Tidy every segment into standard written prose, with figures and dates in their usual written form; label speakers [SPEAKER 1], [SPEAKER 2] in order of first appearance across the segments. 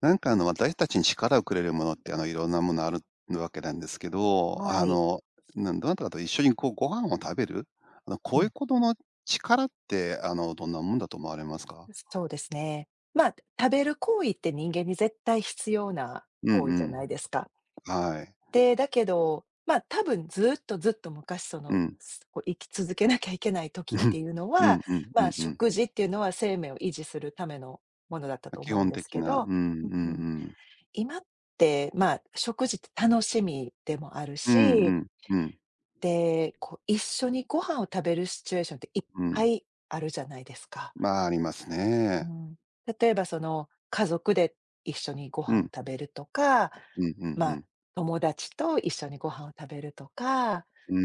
[SPEAKER 1] なんか私たちに力をくれるものって、いろんなものあるわけなんですけど、
[SPEAKER 2] はい。
[SPEAKER 1] どなたかと一緒にこうご飯を食べる、
[SPEAKER 2] う
[SPEAKER 1] こうい
[SPEAKER 2] ん、
[SPEAKER 1] うことの力って、どんなもんだと思われますか？
[SPEAKER 2] そうですね。まあ、食べる行為って人間に絶対必要な
[SPEAKER 1] う
[SPEAKER 2] 行
[SPEAKER 1] んう
[SPEAKER 2] 為じゃな
[SPEAKER 1] ん。
[SPEAKER 2] いですか。
[SPEAKER 1] はい。
[SPEAKER 2] で、だけど、まあ、多分ずっと昔そ
[SPEAKER 1] う
[SPEAKER 2] の、
[SPEAKER 1] ん。
[SPEAKER 2] すこう生き続けなきゃいけない時って いうの
[SPEAKER 1] う
[SPEAKER 2] は、
[SPEAKER 1] んうん
[SPEAKER 2] ま
[SPEAKER 1] う
[SPEAKER 2] あ、
[SPEAKER 1] んうん。
[SPEAKER 2] 食事っていうのは生命を維持するためのものだった
[SPEAKER 1] ま
[SPEAKER 2] と
[SPEAKER 1] 基
[SPEAKER 2] 思うん
[SPEAKER 1] 本
[SPEAKER 2] です
[SPEAKER 1] 的
[SPEAKER 2] け
[SPEAKER 1] な、う
[SPEAKER 2] ど、
[SPEAKER 1] んうん
[SPEAKER 2] う
[SPEAKER 1] う
[SPEAKER 2] ん、
[SPEAKER 1] ん。
[SPEAKER 2] 今って、まあ、食事って楽しみでもある
[SPEAKER 1] うんう
[SPEAKER 2] し、
[SPEAKER 1] んうん
[SPEAKER 2] で、こう一緒にご飯を食べるシチュエーションっていっ
[SPEAKER 1] う
[SPEAKER 2] ぱ
[SPEAKER 1] ん。
[SPEAKER 2] いあるじゃないですか。
[SPEAKER 1] まあ、あります
[SPEAKER 2] う
[SPEAKER 1] ね。
[SPEAKER 2] ん、例えばその、家族で一緒にご
[SPEAKER 1] う
[SPEAKER 2] 飯を
[SPEAKER 1] ん。
[SPEAKER 2] 食べるとか、
[SPEAKER 1] うんうん
[SPEAKER 2] ま
[SPEAKER 1] う
[SPEAKER 2] あ、
[SPEAKER 1] ん。
[SPEAKER 2] 友達と一緒にご飯を食べるとか、
[SPEAKER 1] うん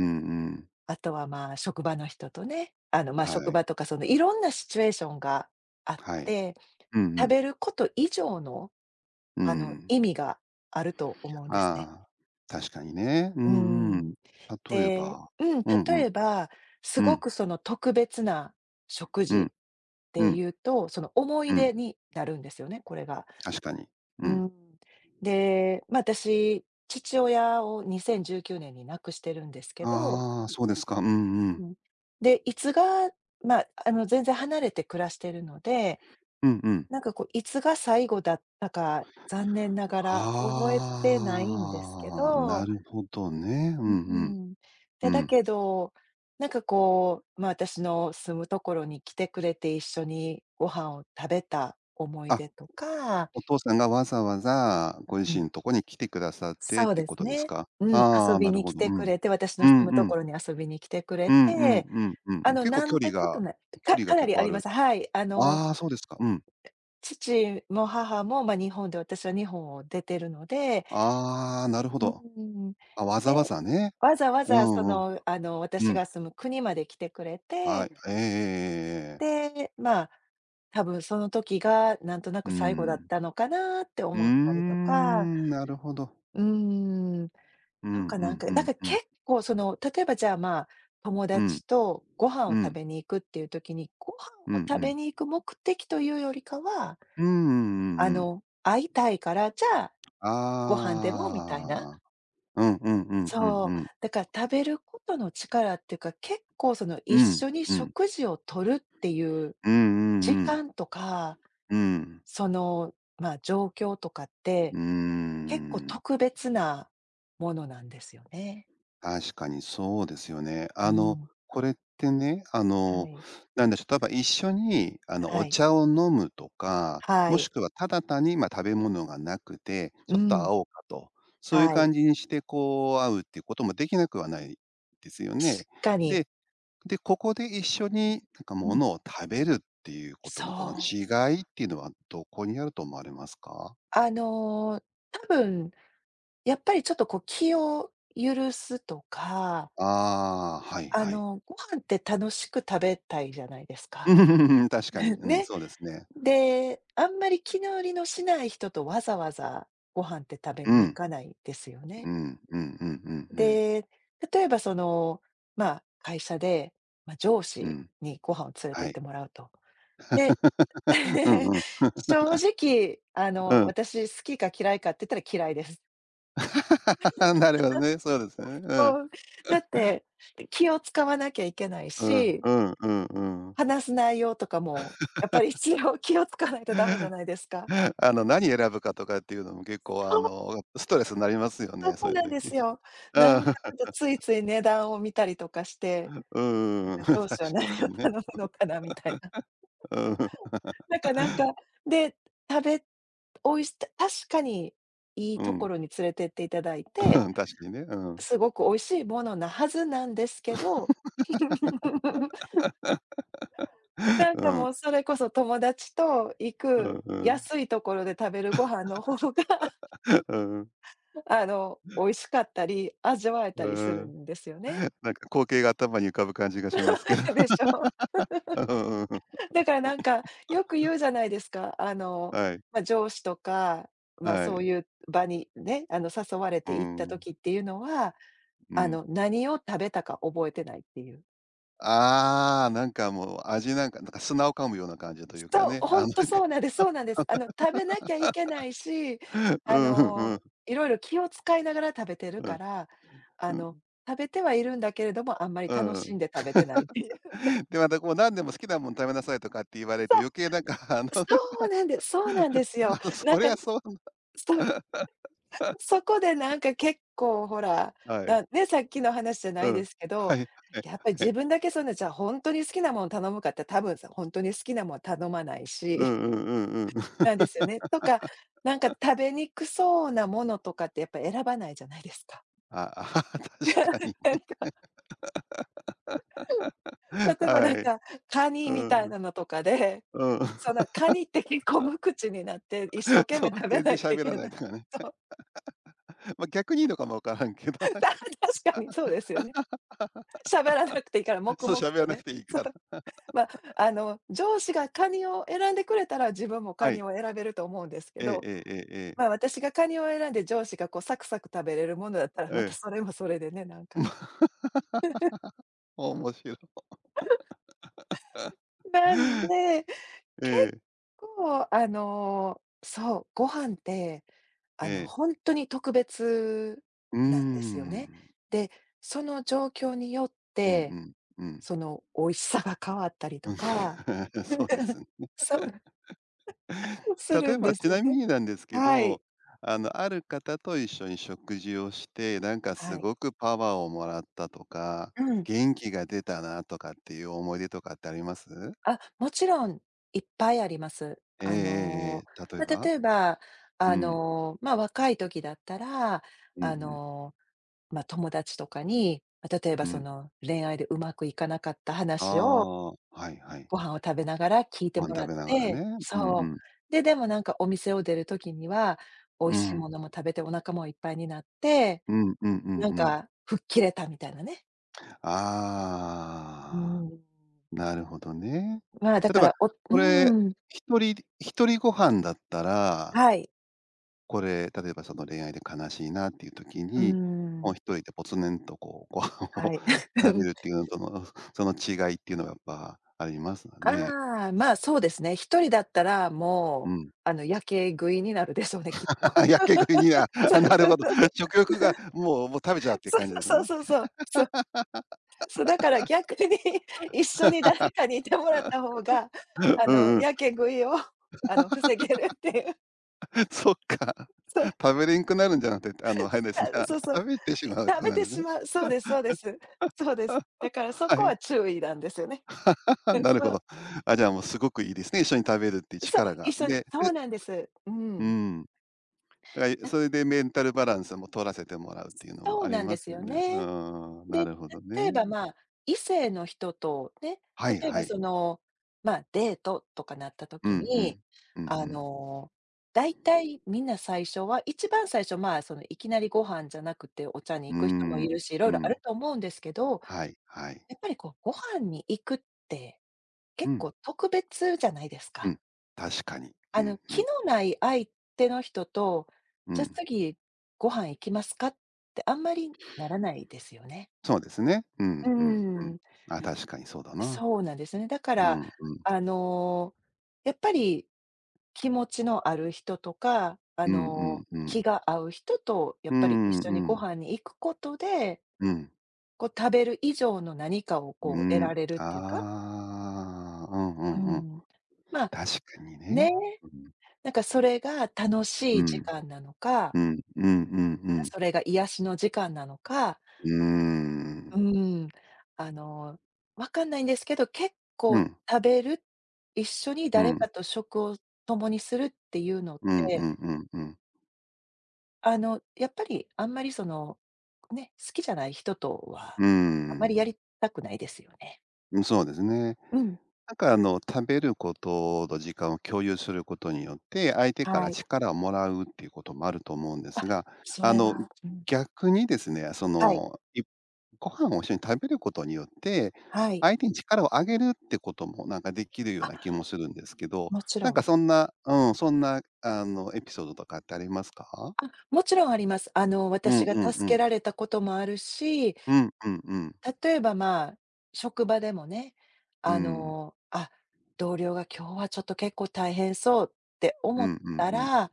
[SPEAKER 1] うん。
[SPEAKER 2] あとは、まあ、職場の人とね、ま、職
[SPEAKER 1] はい。
[SPEAKER 2] 場とかそのいろんなシチュエーションがあっ
[SPEAKER 1] はい。
[SPEAKER 2] て、
[SPEAKER 1] うんう
[SPEAKER 2] 食
[SPEAKER 1] ん。
[SPEAKER 2] べること以上の、
[SPEAKER 1] うんうんはいはいうんうんうん。
[SPEAKER 2] 意味があると思うんですね。
[SPEAKER 1] ああ、確かにね。う
[SPEAKER 2] う
[SPEAKER 1] んう
[SPEAKER 2] ん。
[SPEAKER 1] ん。例え
[SPEAKER 2] で
[SPEAKER 1] ば。
[SPEAKER 2] うん、
[SPEAKER 1] うんう
[SPEAKER 2] 例
[SPEAKER 1] ん、
[SPEAKER 2] えば、す
[SPEAKER 1] う
[SPEAKER 2] ご
[SPEAKER 1] ん、
[SPEAKER 2] くその特別な食
[SPEAKER 1] う
[SPEAKER 2] 事
[SPEAKER 1] ん、
[SPEAKER 2] っ
[SPEAKER 1] う
[SPEAKER 2] て
[SPEAKER 1] ん、
[SPEAKER 2] いうと、その思
[SPEAKER 1] う
[SPEAKER 2] い
[SPEAKER 1] ん、
[SPEAKER 2] 出になるんですよね、これが。
[SPEAKER 1] 確かに。う
[SPEAKER 2] う
[SPEAKER 1] ん。
[SPEAKER 2] ん。で、まあ、私、父親を2019年に亡くしてるんですけど、
[SPEAKER 1] ああ、そうですか。うん
[SPEAKER 2] う
[SPEAKER 1] うん。
[SPEAKER 2] ん。で、いつが、まあ、全然離れて暮らしてるので、
[SPEAKER 1] うんうん。
[SPEAKER 2] なんかこう、いつが最後だったか、残念ながら覚えてないんですけ
[SPEAKER 1] ああ、な
[SPEAKER 2] ど、
[SPEAKER 1] るほどね。う
[SPEAKER 2] う
[SPEAKER 1] んうん。
[SPEAKER 2] ん。
[SPEAKER 1] う
[SPEAKER 2] で、だ
[SPEAKER 1] ん。
[SPEAKER 2] けど、なんかこう、まあ、私の住むところに来てくれて一緒にご飯を食べた思い
[SPEAKER 1] あ、
[SPEAKER 2] 出とか
[SPEAKER 1] お父さんがわざわざご自身のとこに来てくださってっ
[SPEAKER 2] そう
[SPEAKER 1] て
[SPEAKER 2] で
[SPEAKER 1] こ
[SPEAKER 2] す
[SPEAKER 1] とです
[SPEAKER 2] ね。
[SPEAKER 1] か？
[SPEAKER 2] うん、
[SPEAKER 1] あ
[SPEAKER 2] 遊
[SPEAKER 1] あ、な
[SPEAKER 2] び
[SPEAKER 1] る
[SPEAKER 2] に
[SPEAKER 1] ほ
[SPEAKER 2] 来
[SPEAKER 1] ど。う
[SPEAKER 2] てく
[SPEAKER 1] ん。
[SPEAKER 2] れて、私
[SPEAKER 1] う
[SPEAKER 2] の
[SPEAKER 1] ん
[SPEAKER 2] 住む
[SPEAKER 1] う
[SPEAKER 2] と
[SPEAKER 1] ん。
[SPEAKER 2] ころに遊びに来てく
[SPEAKER 1] う
[SPEAKER 2] れ
[SPEAKER 1] んう
[SPEAKER 2] て、
[SPEAKER 1] んうんうん。結構
[SPEAKER 2] な
[SPEAKER 1] 距
[SPEAKER 2] んて
[SPEAKER 1] 離
[SPEAKER 2] こと
[SPEAKER 1] が
[SPEAKER 2] ない。かかな
[SPEAKER 1] 結
[SPEAKER 2] りあ
[SPEAKER 1] 構あ
[SPEAKER 2] りま
[SPEAKER 1] る。
[SPEAKER 2] す。はい。
[SPEAKER 1] ああ、そうですか。うん。
[SPEAKER 2] 父も母も、ま、あ日本で、私は日本を出てるので、
[SPEAKER 1] ああ、なるほ
[SPEAKER 2] う
[SPEAKER 1] ど。
[SPEAKER 2] ん。
[SPEAKER 1] あ、わざわ
[SPEAKER 2] で、
[SPEAKER 1] ざね。
[SPEAKER 2] わざわ
[SPEAKER 1] う
[SPEAKER 2] ざそ
[SPEAKER 1] んうん。
[SPEAKER 2] の、
[SPEAKER 1] う
[SPEAKER 2] 私
[SPEAKER 1] ん。
[SPEAKER 2] が住む国まで来てくれ
[SPEAKER 1] は
[SPEAKER 2] て、
[SPEAKER 1] い。ええええええええ。
[SPEAKER 2] で、まあ、多分その時がなんとなく
[SPEAKER 1] う
[SPEAKER 2] 最後だっ
[SPEAKER 1] ん。
[SPEAKER 2] たのかなって
[SPEAKER 1] うー
[SPEAKER 2] 思ったりとか、
[SPEAKER 1] ん、なるほど。
[SPEAKER 2] うん。
[SPEAKER 1] うんうんう
[SPEAKER 2] だ
[SPEAKER 1] ん
[SPEAKER 2] から
[SPEAKER 1] うん。
[SPEAKER 2] 結構その、例えばじゃあ、まあ、友
[SPEAKER 1] うん。
[SPEAKER 2] 達とご飯
[SPEAKER 1] う
[SPEAKER 2] を食
[SPEAKER 1] ん。
[SPEAKER 2] べに行くっていう時に、ご飯
[SPEAKER 1] う
[SPEAKER 2] を
[SPEAKER 1] ん
[SPEAKER 2] 食
[SPEAKER 1] う
[SPEAKER 2] べ
[SPEAKER 1] ん。
[SPEAKER 2] に行く目的というよりかは、
[SPEAKER 1] うんうんうんうん。
[SPEAKER 2] 会いたいから、じゃあ、ご飯でもみたいな。
[SPEAKER 1] ああ。うんうんうんうん
[SPEAKER 2] そ
[SPEAKER 1] う
[SPEAKER 2] う。
[SPEAKER 1] ん。
[SPEAKER 2] だから食べることの力っていうか、結構その
[SPEAKER 1] う
[SPEAKER 2] 一
[SPEAKER 1] ん。
[SPEAKER 2] 緒に
[SPEAKER 1] うん。
[SPEAKER 2] 食事をとるっていう
[SPEAKER 1] うんうん
[SPEAKER 2] 時
[SPEAKER 1] うん。
[SPEAKER 2] 間とか、
[SPEAKER 1] うん。
[SPEAKER 2] その、まあ、状況とかって、
[SPEAKER 1] うー
[SPEAKER 2] 結構
[SPEAKER 1] ん。
[SPEAKER 2] 特別なものなんですよね。
[SPEAKER 1] 確かにそうですよね。
[SPEAKER 2] うん。
[SPEAKER 1] これってね、
[SPEAKER 2] はい。
[SPEAKER 1] なんでしょう、例えば一緒に、
[SPEAKER 2] は
[SPEAKER 1] お
[SPEAKER 2] い。
[SPEAKER 1] 茶を飲むとか、
[SPEAKER 2] は
[SPEAKER 1] もし
[SPEAKER 2] い。
[SPEAKER 1] くはただ単に、ま、食べ物がなくて、
[SPEAKER 2] う
[SPEAKER 1] ちょっと会
[SPEAKER 2] ん。
[SPEAKER 1] おうかと、そういう
[SPEAKER 2] はい。
[SPEAKER 1] 感じにして、こう、会うっていうこともできなくはないですよね。
[SPEAKER 2] 確かに。
[SPEAKER 1] でで、ここで一緒になんか
[SPEAKER 2] う
[SPEAKER 1] も
[SPEAKER 2] ん。
[SPEAKER 1] のを食べるっていうことのこの
[SPEAKER 2] そう。
[SPEAKER 1] 違いっていうのはどこにあると思われますか？
[SPEAKER 2] あの、多分、やっぱりちょっとこう気を許すとか、
[SPEAKER 1] ああ、はいはい。
[SPEAKER 2] ご飯って楽しく食べたいじゃないです か。
[SPEAKER 1] うん確かに。うん、
[SPEAKER 2] ね。
[SPEAKER 1] そうですね。
[SPEAKER 2] で、あんまり気乗りのしない人とわざわざご飯って食べ
[SPEAKER 1] う
[SPEAKER 2] に行
[SPEAKER 1] ん。
[SPEAKER 2] かないですよ
[SPEAKER 1] う
[SPEAKER 2] ね。
[SPEAKER 1] ん、うんうんうんうん
[SPEAKER 2] で、例えばその、まあ、会社で、まあ、上
[SPEAKER 1] う
[SPEAKER 2] 司
[SPEAKER 1] ん。
[SPEAKER 2] にご飯を連れて
[SPEAKER 1] は
[SPEAKER 2] って
[SPEAKER 1] い。
[SPEAKER 2] もらうと。で
[SPEAKER 1] うん うん、
[SPEAKER 2] 正直、
[SPEAKER 1] うん。
[SPEAKER 2] 私好きか嫌いかって言ったら嫌いです。
[SPEAKER 1] なるほどね、そうですね。うん。
[SPEAKER 2] うん。だって、気を使わなきゃいけない
[SPEAKER 1] うん
[SPEAKER 2] し、
[SPEAKER 1] うんうんうん。
[SPEAKER 2] 話す内容とかも、やっぱり一応気を使わないとダメじゃ ないですか。
[SPEAKER 1] 何選ぶかとかっていうのも結構、
[SPEAKER 2] そう、
[SPEAKER 1] ストレスになりますよ
[SPEAKER 2] そ
[SPEAKER 1] ね、そ
[SPEAKER 2] こ
[SPEAKER 1] ういう
[SPEAKER 2] なんで
[SPEAKER 1] 時。
[SPEAKER 2] す
[SPEAKER 1] うん、
[SPEAKER 2] よ。なんかちょっと ついつい値段を見たりとかして、
[SPEAKER 1] う
[SPEAKER 2] なん
[SPEAKER 1] んうん
[SPEAKER 2] か上
[SPEAKER 1] 確か
[SPEAKER 2] 司は何を
[SPEAKER 1] にね。
[SPEAKER 2] 頼むのかなみたいな。
[SPEAKER 1] うん。
[SPEAKER 2] なんかなんか、で、食べおいし確かにいい
[SPEAKER 1] う
[SPEAKER 2] とこ
[SPEAKER 1] ん。
[SPEAKER 2] ろに連れてっていただい て
[SPEAKER 1] 確かにね。うん。
[SPEAKER 2] すごく美味しいものなはずなんですけど、なん
[SPEAKER 1] う
[SPEAKER 2] か
[SPEAKER 1] ん。
[SPEAKER 2] もうそれこそ友達と行
[SPEAKER 1] う
[SPEAKER 2] く
[SPEAKER 1] んうん。
[SPEAKER 2] 安いところで食べるご飯の方が、
[SPEAKER 1] うんうん。
[SPEAKER 2] 美味しかったり、味わえた
[SPEAKER 1] う
[SPEAKER 2] りする
[SPEAKER 1] ん。
[SPEAKER 2] んですよね。
[SPEAKER 1] なんか光景が頭に浮かぶ感じがしますけど。
[SPEAKER 2] でしょ？
[SPEAKER 1] うんうんうん。
[SPEAKER 2] だからなんか、よく言うじゃないですか。
[SPEAKER 1] はい、
[SPEAKER 2] ま、上司とか、ま、
[SPEAKER 1] は
[SPEAKER 2] そう
[SPEAKER 1] い。
[SPEAKER 2] いう場にね、誘われ
[SPEAKER 1] うー
[SPEAKER 2] て行った
[SPEAKER 1] ん、
[SPEAKER 2] 時っていうのは、
[SPEAKER 1] うん。
[SPEAKER 2] 何を食べたか覚えてないっていう。
[SPEAKER 1] ああ、なんかもう味なんか、なんか砂を噛むような感じというか
[SPEAKER 2] そ
[SPEAKER 1] ね、
[SPEAKER 2] う、
[SPEAKER 1] あ、
[SPEAKER 2] ほん
[SPEAKER 1] なん
[SPEAKER 2] と
[SPEAKER 1] か、
[SPEAKER 2] そうなんですそうなんです。食べなきゃいけないし、
[SPEAKER 1] うん
[SPEAKER 2] あ
[SPEAKER 1] うんう
[SPEAKER 2] の、
[SPEAKER 1] ん、
[SPEAKER 2] いろいろ気を使いながら食べてる
[SPEAKER 1] う
[SPEAKER 2] か
[SPEAKER 1] ん、
[SPEAKER 2] ら、あ
[SPEAKER 1] うん、う
[SPEAKER 2] の、
[SPEAKER 1] ん
[SPEAKER 2] 食べてはいるんだけれども、あんまり
[SPEAKER 1] うん
[SPEAKER 2] 楽
[SPEAKER 1] う
[SPEAKER 2] しん
[SPEAKER 1] ん。
[SPEAKER 2] で食べてないっていう。
[SPEAKER 1] で、またこう何でも好きなもん食べなさいとかって言われると
[SPEAKER 2] そう、
[SPEAKER 1] 余計なんかあの ね、
[SPEAKER 2] そうなんですそうなんですよ。なん
[SPEAKER 1] そり
[SPEAKER 2] か、
[SPEAKER 1] ゃそう。
[SPEAKER 2] そ そこでなんか結構ほら、
[SPEAKER 1] はい、
[SPEAKER 2] だね、さっきの話じゃな
[SPEAKER 1] う
[SPEAKER 2] いで
[SPEAKER 1] ん。
[SPEAKER 2] すけ
[SPEAKER 1] は
[SPEAKER 2] ど、
[SPEAKER 1] いはい
[SPEAKER 2] やっぱり
[SPEAKER 1] は
[SPEAKER 2] 自
[SPEAKER 1] い。
[SPEAKER 2] 分だけそんな、じゃあほんとに好きなもを頼むかって、多分さ、ほんとに好きなもん頼まない
[SPEAKER 1] う
[SPEAKER 2] し
[SPEAKER 1] んうんうんうん。
[SPEAKER 2] なんで すよね。とか、なんか食べにくそうなものとかってやっぱ選ばないじゃないですか。
[SPEAKER 1] あ、ああ、確か に。
[SPEAKER 2] なんか、例えばな
[SPEAKER 1] は
[SPEAKER 2] ん
[SPEAKER 1] い。
[SPEAKER 2] か、カニみ
[SPEAKER 1] う
[SPEAKER 2] たい
[SPEAKER 1] ん、
[SPEAKER 2] なのとかで、
[SPEAKER 1] うん。
[SPEAKER 2] そのカニって結構無口になって、一生 懸
[SPEAKER 1] そ
[SPEAKER 2] 命
[SPEAKER 1] う、
[SPEAKER 2] 食べ
[SPEAKER 1] 全
[SPEAKER 2] な
[SPEAKER 1] 然
[SPEAKER 2] いとい
[SPEAKER 1] 喋
[SPEAKER 2] け
[SPEAKER 1] らな
[SPEAKER 2] な
[SPEAKER 1] い
[SPEAKER 2] い。
[SPEAKER 1] とかね。
[SPEAKER 2] そう。
[SPEAKER 1] ま、逆にいいのかもわからんけど ね、
[SPEAKER 2] た確かにそうですよね。喋らなくていいから 黙
[SPEAKER 1] そう、
[SPEAKER 2] 々
[SPEAKER 1] 喋ら
[SPEAKER 2] と
[SPEAKER 1] なく
[SPEAKER 2] ね。
[SPEAKER 1] ていい
[SPEAKER 2] そう、
[SPEAKER 1] から。
[SPEAKER 2] ま、上司がカニを選んでくれたら、自分もカ
[SPEAKER 1] は
[SPEAKER 2] ニ
[SPEAKER 1] い。
[SPEAKER 2] を選べると思うんですけ
[SPEAKER 1] えええ
[SPEAKER 2] ど、
[SPEAKER 1] えええええ。
[SPEAKER 2] ま、私がカニを選んで上司がこうサクサク食べれるものだったら、
[SPEAKER 1] え
[SPEAKER 2] また
[SPEAKER 1] え。
[SPEAKER 2] それもそれでね、なんか。
[SPEAKER 1] ま、面白い。
[SPEAKER 2] なんで、
[SPEAKER 1] え
[SPEAKER 2] 結
[SPEAKER 1] え、
[SPEAKER 2] 構、そう、ご飯って、
[SPEAKER 1] ええ。
[SPEAKER 2] ほんとに特別
[SPEAKER 1] うー
[SPEAKER 2] なんですよね。
[SPEAKER 1] ん。
[SPEAKER 2] で、その状況によっ
[SPEAKER 1] うんう
[SPEAKER 2] て、
[SPEAKER 1] ん、うん。うん。
[SPEAKER 2] その、美味しさが変わったりとか、
[SPEAKER 1] そうで すね。
[SPEAKER 2] そう、す
[SPEAKER 1] 例
[SPEAKER 2] る
[SPEAKER 1] え
[SPEAKER 2] ん
[SPEAKER 1] ば、
[SPEAKER 2] です
[SPEAKER 1] ち
[SPEAKER 2] よ
[SPEAKER 1] なみ
[SPEAKER 2] ね。
[SPEAKER 1] になんですけ
[SPEAKER 2] は
[SPEAKER 1] ど、
[SPEAKER 2] い。
[SPEAKER 1] ある方と一緒に食事をして、なんかす
[SPEAKER 2] はい。
[SPEAKER 1] ごくパワーをもらったとか、
[SPEAKER 2] うん。
[SPEAKER 1] 元気が出たなとかっていう思い出とかってあります？
[SPEAKER 2] あ、もちろんいっぱいあります。
[SPEAKER 1] ええええええ、例え
[SPEAKER 2] ま、例
[SPEAKER 1] ば？
[SPEAKER 2] えば、
[SPEAKER 1] うん。
[SPEAKER 2] ま、若い時だったら、
[SPEAKER 1] うんう
[SPEAKER 2] あ
[SPEAKER 1] ん。
[SPEAKER 2] のまあ、友達とかに、ま、例え
[SPEAKER 1] う
[SPEAKER 2] ばそ
[SPEAKER 1] ん。
[SPEAKER 2] の恋愛でうまくいかなかった
[SPEAKER 1] あ
[SPEAKER 2] 話を
[SPEAKER 1] あ、はいはい。
[SPEAKER 2] ご飯を食べながら聞いて
[SPEAKER 1] ご飯
[SPEAKER 2] もら
[SPEAKER 1] 食
[SPEAKER 2] っ
[SPEAKER 1] べながら
[SPEAKER 2] て
[SPEAKER 1] ね。うんう
[SPEAKER 2] そ
[SPEAKER 1] ん。
[SPEAKER 2] う。で、でもなんかお店を出るときには、美味
[SPEAKER 1] う
[SPEAKER 2] しい
[SPEAKER 1] ん。
[SPEAKER 2] ものも食べてお腹もいっぱいになって、
[SPEAKER 1] うんうんうんう
[SPEAKER 2] なん
[SPEAKER 1] ん。
[SPEAKER 2] か吹っ切れたみたいなね。う
[SPEAKER 1] ああ、
[SPEAKER 2] ん。
[SPEAKER 1] なるほどね。
[SPEAKER 2] まあ、だ
[SPEAKER 1] 例え
[SPEAKER 2] か
[SPEAKER 1] ば、
[SPEAKER 2] ら、お
[SPEAKER 1] これ、
[SPEAKER 2] うん、
[SPEAKER 1] 一人一人ご飯だったら、
[SPEAKER 2] はい。
[SPEAKER 1] これ、例えばその恋愛で悲しいなっていう時
[SPEAKER 2] う
[SPEAKER 1] に、もう
[SPEAKER 2] ん、
[SPEAKER 1] 一人でぽつねンとこう、ご飯を
[SPEAKER 2] はい。
[SPEAKER 1] 食べるってい うのとの、その違いっていうのがやっぱありますわね。
[SPEAKER 2] ああ、まあ、そうですね。一人だったら
[SPEAKER 1] う
[SPEAKER 2] もう、
[SPEAKER 1] ん。
[SPEAKER 2] 夜景食いになるでしょうね、きっと。
[SPEAKER 1] やけ食いには、あ、なるほど。食欲がもうもう食べちゃうっ ていう
[SPEAKER 2] そう
[SPEAKER 1] 感じです
[SPEAKER 2] そう そう
[SPEAKER 1] ね。
[SPEAKER 2] そうそうそう。そう、だから逆に 一緒に誰かにいてもらった方が、
[SPEAKER 1] うんうん。
[SPEAKER 2] やけ食いを、防げるっていう。
[SPEAKER 1] そっか。
[SPEAKER 2] そう、
[SPEAKER 1] 食べれんくなるんじゃなくて、あれですね、
[SPEAKER 2] あ、そうそう。
[SPEAKER 1] 食べてし
[SPEAKER 2] い
[SPEAKER 1] まうって
[SPEAKER 2] 食
[SPEAKER 1] こと
[SPEAKER 2] べ
[SPEAKER 1] なん
[SPEAKER 2] て
[SPEAKER 1] です
[SPEAKER 2] し
[SPEAKER 1] ね。
[SPEAKER 2] まう。そうです。そうです。だからそ
[SPEAKER 1] は
[SPEAKER 2] こ
[SPEAKER 1] い。
[SPEAKER 2] は注意なんですよね。
[SPEAKER 1] あ、なる
[SPEAKER 2] そ
[SPEAKER 1] ほ
[SPEAKER 2] う。
[SPEAKER 1] ど。あ、じゃあ、もうすごくいいですね、一緒に食べるっていう
[SPEAKER 2] そう、
[SPEAKER 1] 力
[SPEAKER 2] 一
[SPEAKER 1] が。
[SPEAKER 2] 緒に
[SPEAKER 1] で、
[SPEAKER 2] そ
[SPEAKER 1] え、
[SPEAKER 2] うなんです。う
[SPEAKER 1] う
[SPEAKER 2] ん。
[SPEAKER 1] ん。だから、それでメンタルバランスも取らせてもらうっていうの
[SPEAKER 2] そ
[SPEAKER 1] も
[SPEAKER 2] う
[SPEAKER 1] あり
[SPEAKER 2] なん
[SPEAKER 1] ま
[SPEAKER 2] で
[SPEAKER 1] す
[SPEAKER 2] す
[SPEAKER 1] よ
[SPEAKER 2] よ
[SPEAKER 1] ね。う
[SPEAKER 2] ね。
[SPEAKER 1] ん、な
[SPEAKER 2] で、
[SPEAKER 1] るほど
[SPEAKER 2] 例えば、
[SPEAKER 1] ね。
[SPEAKER 2] まあ、異性の人とね、
[SPEAKER 1] はい
[SPEAKER 2] 例え
[SPEAKER 1] は
[SPEAKER 2] ば
[SPEAKER 1] い。
[SPEAKER 2] その、まあ、デートとかなった
[SPEAKER 1] うんう
[SPEAKER 2] 時に、
[SPEAKER 1] ん。うんう
[SPEAKER 2] あ
[SPEAKER 1] ん。
[SPEAKER 2] の、だいたいみんな最初は一番最初、まあ、そのいきなりご飯じゃなくてお茶
[SPEAKER 1] う
[SPEAKER 2] に
[SPEAKER 1] ー
[SPEAKER 2] 行く人も
[SPEAKER 1] ん。
[SPEAKER 2] いるし、色
[SPEAKER 1] う
[SPEAKER 2] 々あ
[SPEAKER 1] ん。
[SPEAKER 2] ると思うんですけど、
[SPEAKER 1] はいはい。
[SPEAKER 2] やっぱりこうご飯に行くって
[SPEAKER 1] う
[SPEAKER 2] 結
[SPEAKER 1] ん、
[SPEAKER 2] 構特別じゃないです
[SPEAKER 1] う
[SPEAKER 2] か。
[SPEAKER 1] ん。確かに。うんう
[SPEAKER 2] 気
[SPEAKER 1] ん。
[SPEAKER 2] のない相手の人と、
[SPEAKER 1] う
[SPEAKER 2] じゃ、
[SPEAKER 1] ん。
[SPEAKER 2] 次ご飯行きますかってあんまりならないですよね。
[SPEAKER 1] そうですね。うんう
[SPEAKER 2] うー
[SPEAKER 1] んうんうんうんうん
[SPEAKER 2] ん。
[SPEAKER 1] はいはいうんうん確かにうんう
[SPEAKER 2] そうなんですね。だか
[SPEAKER 1] んうんそ
[SPEAKER 2] ら、
[SPEAKER 1] うですねうんうんうん。あ、確かにそうだな。うんうん。
[SPEAKER 2] あの、やっぱり気持ちのある人とか、
[SPEAKER 1] うんうんうん。
[SPEAKER 2] 気が合う人とや
[SPEAKER 1] う
[SPEAKER 2] っぱり
[SPEAKER 1] んう
[SPEAKER 2] 一緒にご
[SPEAKER 1] ん。
[SPEAKER 2] 飯に行くことで、
[SPEAKER 1] うん。
[SPEAKER 2] こう食べる以上の何かを
[SPEAKER 1] う
[SPEAKER 2] こう得
[SPEAKER 1] ー
[SPEAKER 2] ら
[SPEAKER 1] ん、
[SPEAKER 2] れるっていうか、
[SPEAKER 1] ああ、うんう
[SPEAKER 2] う
[SPEAKER 1] んうん。
[SPEAKER 2] ん。まあ、
[SPEAKER 1] 確かに
[SPEAKER 2] ね、
[SPEAKER 1] ね。うん、
[SPEAKER 2] なんかそれが楽し
[SPEAKER 1] う
[SPEAKER 2] い時
[SPEAKER 1] ん、
[SPEAKER 2] 間なのか、
[SPEAKER 1] うんうんうんうん。
[SPEAKER 2] それが癒しの時間なのか
[SPEAKER 1] うー
[SPEAKER 2] う
[SPEAKER 1] ん。
[SPEAKER 2] ーん、あの、わかんないんですけど、結構
[SPEAKER 1] うん、
[SPEAKER 2] 食べる、一緒に
[SPEAKER 1] う
[SPEAKER 2] 誰
[SPEAKER 1] ん、
[SPEAKER 2] かと食を共にするっていうのっ
[SPEAKER 1] うん
[SPEAKER 2] て、
[SPEAKER 1] うんうんうん。
[SPEAKER 2] やっぱりあんまりその、ね、好きじゃない人とは、
[SPEAKER 1] うー
[SPEAKER 2] あまりや
[SPEAKER 1] ん。
[SPEAKER 2] りたくないですよね。
[SPEAKER 1] うん、そうですね。
[SPEAKER 2] うん、
[SPEAKER 1] なんか、食べることの時間を共有することによって、相手か
[SPEAKER 2] は
[SPEAKER 1] ら
[SPEAKER 2] い。
[SPEAKER 1] 力をもらうっていうこともあると思うんで
[SPEAKER 2] あ、
[SPEAKER 1] すが、
[SPEAKER 2] そ
[SPEAKER 1] あ
[SPEAKER 2] れ
[SPEAKER 1] の、
[SPEAKER 2] はうん、
[SPEAKER 1] 逆にですね、そ
[SPEAKER 2] はい、
[SPEAKER 1] の、ご飯を一緒に食べることによって、
[SPEAKER 2] はい。
[SPEAKER 1] 相手に力をあげるってこともなんかできるよう
[SPEAKER 2] あ、
[SPEAKER 1] な気もするんですけど、
[SPEAKER 2] もち
[SPEAKER 1] な
[SPEAKER 2] ろ
[SPEAKER 1] ん
[SPEAKER 2] ん。
[SPEAKER 1] かそんなうん、そんなあのエピソードとかってありますか？
[SPEAKER 2] あ、もちろんあります。
[SPEAKER 1] う
[SPEAKER 2] 私
[SPEAKER 1] ん
[SPEAKER 2] が
[SPEAKER 1] うんう
[SPEAKER 2] 助け
[SPEAKER 1] ん。
[SPEAKER 2] られたこともあるし、
[SPEAKER 1] うんうんうん。
[SPEAKER 2] 例えば、職場でもね、
[SPEAKER 1] う
[SPEAKER 2] あ
[SPEAKER 1] ん。
[SPEAKER 2] の、あ、同僚が今日はちょっと結構大変そうって
[SPEAKER 1] う
[SPEAKER 2] 思っ
[SPEAKER 1] んうん
[SPEAKER 2] た
[SPEAKER 1] うん。
[SPEAKER 2] ら、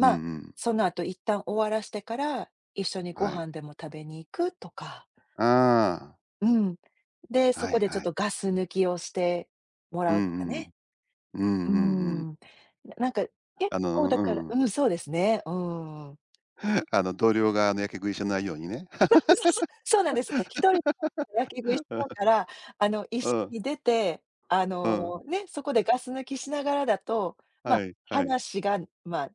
[SPEAKER 1] う
[SPEAKER 2] あ、
[SPEAKER 1] んうん。
[SPEAKER 2] その後一旦終わらしてから、一緒にご
[SPEAKER 1] はい。
[SPEAKER 2] 飯でも食べに行くとか。
[SPEAKER 1] あ
[SPEAKER 2] うん。で、
[SPEAKER 1] あ、
[SPEAKER 2] そ
[SPEAKER 1] は
[SPEAKER 2] こ
[SPEAKER 1] い
[SPEAKER 2] でちょっ
[SPEAKER 1] はい。
[SPEAKER 2] とガス抜きをしても
[SPEAKER 1] う
[SPEAKER 2] らう
[SPEAKER 1] ん
[SPEAKER 2] とか
[SPEAKER 1] う
[SPEAKER 2] ね。
[SPEAKER 1] ん。うん
[SPEAKER 2] うー
[SPEAKER 1] うんうん。
[SPEAKER 2] ん。なんか、結
[SPEAKER 1] う
[SPEAKER 2] 構
[SPEAKER 1] ん
[SPEAKER 2] だ
[SPEAKER 1] うん
[SPEAKER 2] か
[SPEAKER 1] うんう
[SPEAKER 2] ら
[SPEAKER 1] んうんあのうん。
[SPEAKER 2] そうですね。うーん。
[SPEAKER 1] あの同僚があのやけ食いしないようにね。
[SPEAKER 2] そうそうそう、そうなんです。一人で焼き食いしちゃう から、一
[SPEAKER 1] う
[SPEAKER 2] 緒
[SPEAKER 1] ん、
[SPEAKER 2] に出て、
[SPEAKER 1] うん。
[SPEAKER 2] ね、そこでガス抜きしながらだと、ま、
[SPEAKER 1] はいはいはい。
[SPEAKER 2] 話が、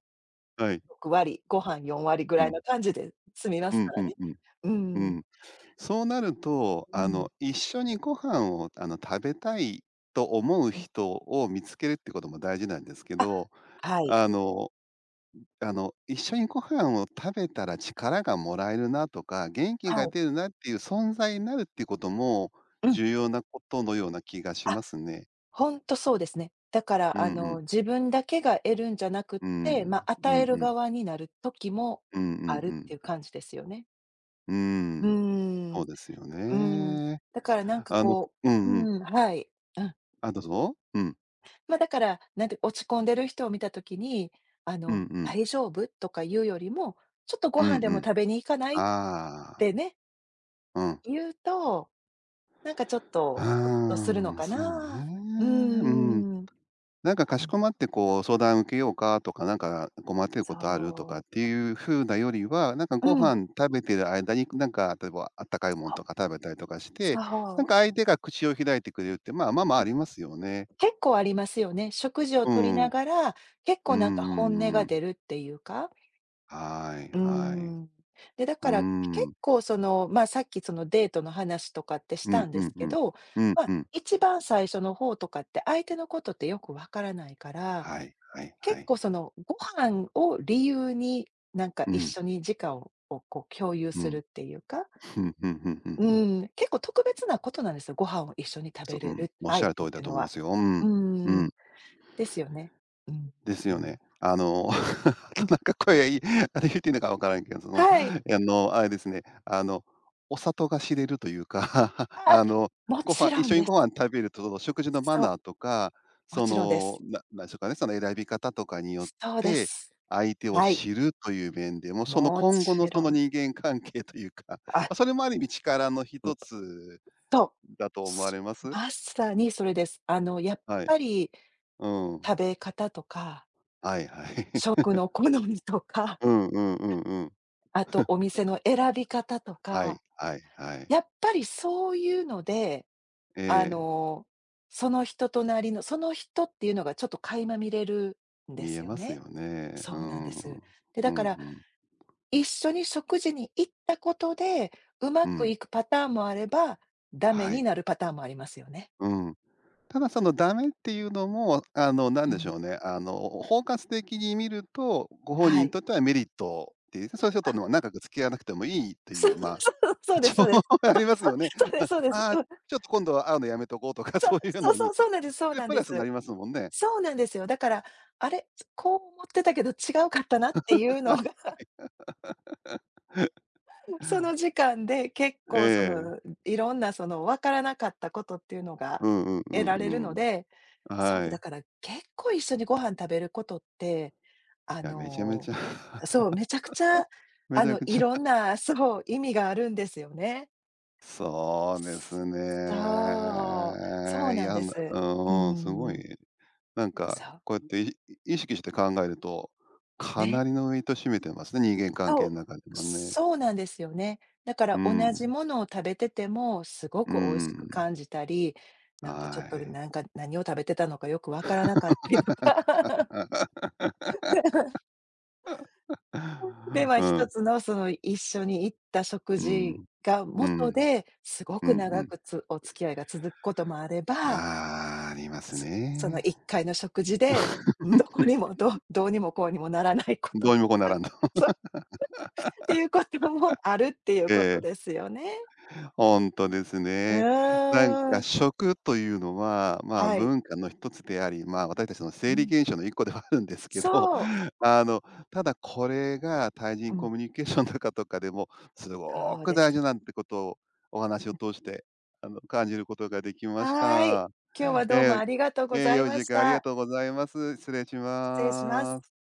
[SPEAKER 1] はい。
[SPEAKER 2] 6割、ご飯4割ぐ
[SPEAKER 1] う
[SPEAKER 2] らい
[SPEAKER 1] ん。
[SPEAKER 2] の感じで済みま
[SPEAKER 1] う
[SPEAKER 2] す
[SPEAKER 1] ん
[SPEAKER 2] か
[SPEAKER 1] う
[SPEAKER 2] ら
[SPEAKER 1] ん
[SPEAKER 2] ね。
[SPEAKER 1] うん。
[SPEAKER 2] う
[SPEAKER 1] う
[SPEAKER 2] ん。
[SPEAKER 1] ん。そうなると、
[SPEAKER 2] うん。
[SPEAKER 1] 一緒にご飯を、食べたいと思う
[SPEAKER 2] うん。
[SPEAKER 1] 人を見つけるってことも大事なんですけ
[SPEAKER 2] あ、
[SPEAKER 1] ど、
[SPEAKER 2] はい、
[SPEAKER 1] あの一緒にご飯を食べたら力がもらえるなとか、元気
[SPEAKER 2] は
[SPEAKER 1] が
[SPEAKER 2] い。
[SPEAKER 1] 出るなっていう存在になるっていうことも、
[SPEAKER 2] うん。
[SPEAKER 1] 重要なことのような気がし
[SPEAKER 2] あ、
[SPEAKER 1] ますね。
[SPEAKER 2] ほんとそうですね。だか
[SPEAKER 1] う
[SPEAKER 2] ら、
[SPEAKER 1] んうん。
[SPEAKER 2] 自分だけが得るんじゃなくっ
[SPEAKER 1] う
[SPEAKER 2] て、
[SPEAKER 1] ん。う
[SPEAKER 2] 与え
[SPEAKER 1] ん
[SPEAKER 2] る
[SPEAKER 1] うん。
[SPEAKER 2] 側になる時も
[SPEAKER 1] うんうん
[SPEAKER 2] あるっ
[SPEAKER 1] う
[SPEAKER 2] て
[SPEAKER 1] ん。
[SPEAKER 2] いう感じですよね。
[SPEAKER 1] う
[SPEAKER 2] うー
[SPEAKER 1] ん。そ
[SPEAKER 2] ん。
[SPEAKER 1] うですよ
[SPEAKER 2] うん、
[SPEAKER 1] ね。
[SPEAKER 2] だからなんか
[SPEAKER 1] あの、
[SPEAKER 2] こ
[SPEAKER 1] う
[SPEAKER 2] う
[SPEAKER 1] んうん。
[SPEAKER 2] うん、はい。うん。
[SPEAKER 1] あ、どうぞ。うん。
[SPEAKER 2] だから、なんて落ち込んでる人を見た時に、あ
[SPEAKER 1] うん
[SPEAKER 2] の
[SPEAKER 1] うん。
[SPEAKER 2] 「大丈夫？」とか言うよりも、「ちょっとご
[SPEAKER 1] うん
[SPEAKER 2] 飯で
[SPEAKER 1] う
[SPEAKER 2] も
[SPEAKER 1] ん。
[SPEAKER 2] 食べに行かない？」っ
[SPEAKER 1] ああ、
[SPEAKER 2] てね、
[SPEAKER 1] うん。
[SPEAKER 2] 言うと、なんかちょっとほっとするの
[SPEAKER 1] あん、
[SPEAKER 2] か
[SPEAKER 1] そうね。
[SPEAKER 2] な。うー
[SPEAKER 1] うん。
[SPEAKER 2] ん。
[SPEAKER 1] なんかか
[SPEAKER 2] う
[SPEAKER 1] し
[SPEAKER 2] ん、
[SPEAKER 1] こまってこう相談受けようかとか、なんか困ってることあるとか
[SPEAKER 2] そ
[SPEAKER 1] っ
[SPEAKER 2] う。
[SPEAKER 1] ていう風なよりは、なんか
[SPEAKER 2] う
[SPEAKER 1] ご
[SPEAKER 2] ん、
[SPEAKER 1] 飯食べてる間に、なんか例えばあったかいものとか
[SPEAKER 2] そ
[SPEAKER 1] 食べたりとかして、
[SPEAKER 2] う、
[SPEAKER 1] なん
[SPEAKER 2] そう。
[SPEAKER 1] か相手が口を開いてくれるって、まあ、まあまあありますよね。
[SPEAKER 2] 結構ありますよね。食事を
[SPEAKER 1] う
[SPEAKER 2] とりな
[SPEAKER 1] ん。
[SPEAKER 2] がら、結
[SPEAKER 1] う
[SPEAKER 2] 構
[SPEAKER 1] ん
[SPEAKER 2] なんか
[SPEAKER 1] うん
[SPEAKER 2] 本音が
[SPEAKER 1] う
[SPEAKER 2] 出
[SPEAKER 1] ん。
[SPEAKER 2] るっていうか、
[SPEAKER 1] はい
[SPEAKER 2] うー
[SPEAKER 1] はい。
[SPEAKER 2] ん。で、だ
[SPEAKER 1] うー
[SPEAKER 2] から結
[SPEAKER 1] ん。
[SPEAKER 2] 構その、さっきそのデートの話とかってし
[SPEAKER 1] う
[SPEAKER 2] た
[SPEAKER 1] ん
[SPEAKER 2] んで
[SPEAKER 1] うん
[SPEAKER 2] すけ
[SPEAKER 1] うん。
[SPEAKER 2] ど、
[SPEAKER 1] うんうん。
[SPEAKER 2] 一番最初の方とかって相手のことってよくわからないから、
[SPEAKER 1] はいはいは
[SPEAKER 2] 結
[SPEAKER 1] い。
[SPEAKER 2] 構そのご飯を理由に
[SPEAKER 1] う
[SPEAKER 2] 一
[SPEAKER 1] ん、
[SPEAKER 2] 緒に時間をこう共有
[SPEAKER 1] う
[SPEAKER 2] するっ
[SPEAKER 1] ん。
[SPEAKER 2] ていうか、
[SPEAKER 1] ふんふんふんふんふん。
[SPEAKER 2] うん、結構特別なことなんですよ。ご飯を一緒に食
[SPEAKER 1] そ
[SPEAKER 2] べ
[SPEAKER 1] う
[SPEAKER 2] れ
[SPEAKER 1] ん、
[SPEAKER 2] る
[SPEAKER 1] おっし
[SPEAKER 2] 相
[SPEAKER 1] ゃる
[SPEAKER 2] 手
[SPEAKER 1] 通
[SPEAKER 2] っ
[SPEAKER 1] り
[SPEAKER 2] て
[SPEAKER 1] だ
[SPEAKER 2] いう
[SPEAKER 1] と
[SPEAKER 2] の
[SPEAKER 1] 思いま
[SPEAKER 2] は。
[SPEAKER 1] すよ。うん。
[SPEAKER 2] う
[SPEAKER 1] う
[SPEAKER 2] ん、
[SPEAKER 1] ん。
[SPEAKER 2] ですよね。うん、
[SPEAKER 1] です
[SPEAKER 2] う
[SPEAKER 1] よ
[SPEAKER 2] ん、
[SPEAKER 1] ね。
[SPEAKER 2] う
[SPEAKER 1] あと
[SPEAKER 2] ん。
[SPEAKER 1] なんか声がいい、あれ言っていいのかわからんけど、その、
[SPEAKER 2] はい。
[SPEAKER 1] あれですね、お里が知れるというか、
[SPEAKER 2] あ、も
[SPEAKER 1] ご
[SPEAKER 2] ち
[SPEAKER 1] 飯一
[SPEAKER 2] ろん
[SPEAKER 1] 緒に
[SPEAKER 2] です。
[SPEAKER 1] ご飯食べると、その食事のマ
[SPEAKER 2] そう、
[SPEAKER 1] ナーとか、
[SPEAKER 2] も
[SPEAKER 1] そ
[SPEAKER 2] ちろんで
[SPEAKER 1] の、
[SPEAKER 2] す。
[SPEAKER 1] なんでしょうかね、その選び方とかによっ
[SPEAKER 2] そうで
[SPEAKER 1] て、
[SPEAKER 2] す。
[SPEAKER 1] 相手を
[SPEAKER 2] はい、
[SPEAKER 1] 知るという面でも、その
[SPEAKER 2] も
[SPEAKER 1] 今後の
[SPEAKER 2] ち
[SPEAKER 1] そ
[SPEAKER 2] ろ
[SPEAKER 1] の
[SPEAKER 2] ん。
[SPEAKER 1] 人間関係というか、ま
[SPEAKER 2] あ、
[SPEAKER 1] あ、それもある意味力の一
[SPEAKER 2] ん、
[SPEAKER 1] つ
[SPEAKER 2] そ
[SPEAKER 1] だと思われま
[SPEAKER 2] う。
[SPEAKER 1] す？
[SPEAKER 2] まさにそれです。やっ
[SPEAKER 1] はい。
[SPEAKER 2] ぱり
[SPEAKER 1] うん。
[SPEAKER 2] 食べ方とか、
[SPEAKER 1] はいはい。
[SPEAKER 2] 食 の好みとか、
[SPEAKER 1] うんうんうんうん。
[SPEAKER 2] あと お店の選び方と
[SPEAKER 1] はい
[SPEAKER 2] か、
[SPEAKER 1] はいはい。
[SPEAKER 2] やっぱりそういうので、
[SPEAKER 1] え
[SPEAKER 2] あ
[SPEAKER 1] え、
[SPEAKER 2] の、その人となりの、その人っていうのがちょっと垣間見れるんで
[SPEAKER 1] 見え
[SPEAKER 2] すよ
[SPEAKER 1] ます
[SPEAKER 2] ね。
[SPEAKER 1] よね。う
[SPEAKER 2] そうなん
[SPEAKER 1] ん。
[SPEAKER 2] で
[SPEAKER 1] う
[SPEAKER 2] す。
[SPEAKER 1] ん
[SPEAKER 2] で、
[SPEAKER 1] う
[SPEAKER 2] だから
[SPEAKER 1] ん。
[SPEAKER 2] 一緒に食事に行ったことで、うま
[SPEAKER 1] う
[SPEAKER 2] く
[SPEAKER 1] ん。
[SPEAKER 2] いくパターンもあれば、ダメ
[SPEAKER 1] は
[SPEAKER 2] に
[SPEAKER 1] い。
[SPEAKER 2] なるパターンもありますよね。
[SPEAKER 1] うん。ただそのダメっていうのも、な
[SPEAKER 2] う
[SPEAKER 1] んでし
[SPEAKER 2] ん。
[SPEAKER 1] ょうね、包括的に見ると、ご本
[SPEAKER 2] は
[SPEAKER 1] 人に
[SPEAKER 2] い。
[SPEAKER 1] とってはメリットっていう、それちょっとの長く付き合わなくてもいいって
[SPEAKER 2] そ
[SPEAKER 1] いう、
[SPEAKER 2] う
[SPEAKER 1] まあ、
[SPEAKER 2] そうそうです
[SPEAKER 1] 情
[SPEAKER 2] そう
[SPEAKER 1] 報
[SPEAKER 2] で
[SPEAKER 1] 応
[SPEAKER 2] す。
[SPEAKER 1] あ
[SPEAKER 2] そう
[SPEAKER 1] りますよね。
[SPEAKER 2] そう、そうですそうです。
[SPEAKER 1] ああ、
[SPEAKER 2] うん。
[SPEAKER 1] ちょっと今度は会うのやめとこうとか そういう
[SPEAKER 2] そう
[SPEAKER 1] の
[SPEAKER 2] そ
[SPEAKER 1] に、
[SPEAKER 2] う、そうなんですそう
[SPEAKER 1] で、
[SPEAKER 2] なん
[SPEAKER 1] プ
[SPEAKER 2] で
[SPEAKER 1] ラスにな
[SPEAKER 2] す。
[SPEAKER 1] りますもんね。
[SPEAKER 2] そうなんですよ。だから、あれ、こう思ってたけど違うかったなっていう
[SPEAKER 1] は
[SPEAKER 2] のが、
[SPEAKER 1] い。
[SPEAKER 2] その時間で結
[SPEAKER 1] え
[SPEAKER 2] 構その、
[SPEAKER 1] え。
[SPEAKER 2] いろんなその分からなかったことっていうのが
[SPEAKER 1] うんうんう
[SPEAKER 2] 得
[SPEAKER 1] ん
[SPEAKER 2] られるの
[SPEAKER 1] うん。
[SPEAKER 2] で、そ
[SPEAKER 1] は
[SPEAKER 2] う、だ
[SPEAKER 1] い。
[SPEAKER 2] から結構一緒にご飯食べることって、あ
[SPEAKER 1] いや、めちゃめ
[SPEAKER 2] の、
[SPEAKER 1] ちゃ
[SPEAKER 2] そう、めちゃくちゃ、
[SPEAKER 1] めちゃく
[SPEAKER 2] い
[SPEAKER 1] ちゃ
[SPEAKER 2] ろん な、そう、意味があるんですよね。
[SPEAKER 1] そうですね。
[SPEAKER 2] そう、そう
[SPEAKER 1] い
[SPEAKER 2] なん
[SPEAKER 1] や、
[SPEAKER 2] で
[SPEAKER 1] な、
[SPEAKER 2] す。う
[SPEAKER 1] うん、す
[SPEAKER 2] ん
[SPEAKER 1] ご
[SPEAKER 2] ん、
[SPEAKER 1] い、なんか、
[SPEAKER 2] そう、
[SPEAKER 1] こうやって意識して考えると、か
[SPEAKER 2] ね。
[SPEAKER 1] なりのウェイト占めてますね、人間関
[SPEAKER 2] そ
[SPEAKER 1] 係の中で
[SPEAKER 2] う、
[SPEAKER 1] はね。
[SPEAKER 2] そうなんですよね。だか
[SPEAKER 1] う
[SPEAKER 2] ら同じ
[SPEAKER 1] ん。
[SPEAKER 2] ものを食べてても、すご
[SPEAKER 1] う
[SPEAKER 2] く美味しく
[SPEAKER 1] ん。
[SPEAKER 2] 感じたり、
[SPEAKER 1] は
[SPEAKER 2] なんかちょっと
[SPEAKER 1] い。
[SPEAKER 2] なんか何を食べてたのかよくわからなかったりとか。で、
[SPEAKER 1] う
[SPEAKER 2] 一
[SPEAKER 1] ん、
[SPEAKER 2] つのその一緒に行った食
[SPEAKER 1] う
[SPEAKER 2] 事
[SPEAKER 1] ん。
[SPEAKER 2] が
[SPEAKER 1] う
[SPEAKER 2] 元
[SPEAKER 1] ん。
[SPEAKER 2] で、すご
[SPEAKER 1] う
[SPEAKER 2] く
[SPEAKER 1] んう
[SPEAKER 2] 長
[SPEAKER 1] ん。
[SPEAKER 2] くお付き合いが続くこともあれば、
[SPEAKER 1] あー、あります
[SPEAKER 2] そその
[SPEAKER 1] ね。
[SPEAKER 2] 一回の食事で、どうにもこうにもならないこと
[SPEAKER 1] ど
[SPEAKER 2] と
[SPEAKER 1] うにもこうな
[SPEAKER 2] か、
[SPEAKER 1] らんと。
[SPEAKER 2] そう、っていうこともあるっていう こと
[SPEAKER 1] え
[SPEAKER 2] で
[SPEAKER 1] え。
[SPEAKER 2] すよね。
[SPEAKER 1] ほんとです
[SPEAKER 2] う
[SPEAKER 1] ね。なん
[SPEAKER 2] ー
[SPEAKER 1] か
[SPEAKER 2] ん、
[SPEAKER 1] 食というのは、まあ、
[SPEAKER 2] はい。
[SPEAKER 1] 文化の一つであり、まあ、私たちの
[SPEAKER 2] う
[SPEAKER 1] 生理
[SPEAKER 2] ん。
[SPEAKER 1] 現象の一個ではあるんですけど、
[SPEAKER 2] そう。
[SPEAKER 1] あの、ただこれが対
[SPEAKER 2] う
[SPEAKER 1] 人コ
[SPEAKER 2] ん、
[SPEAKER 1] ミュニケーションとかとかでもすご
[SPEAKER 2] そう
[SPEAKER 1] く
[SPEAKER 2] です。
[SPEAKER 1] 大事なんてことをお話を通して、感じることができまし
[SPEAKER 2] はい。
[SPEAKER 1] た。
[SPEAKER 2] 今日はどうも
[SPEAKER 1] え
[SPEAKER 2] ありがとう
[SPEAKER 1] え、
[SPEAKER 2] ご
[SPEAKER 1] ええ、
[SPEAKER 2] ざい
[SPEAKER 1] 良い
[SPEAKER 2] ま
[SPEAKER 1] 時
[SPEAKER 2] し
[SPEAKER 1] 間ありが
[SPEAKER 2] た。
[SPEAKER 1] とうございます。失礼し
[SPEAKER 2] 失礼しま
[SPEAKER 1] ま
[SPEAKER 2] す。
[SPEAKER 1] す。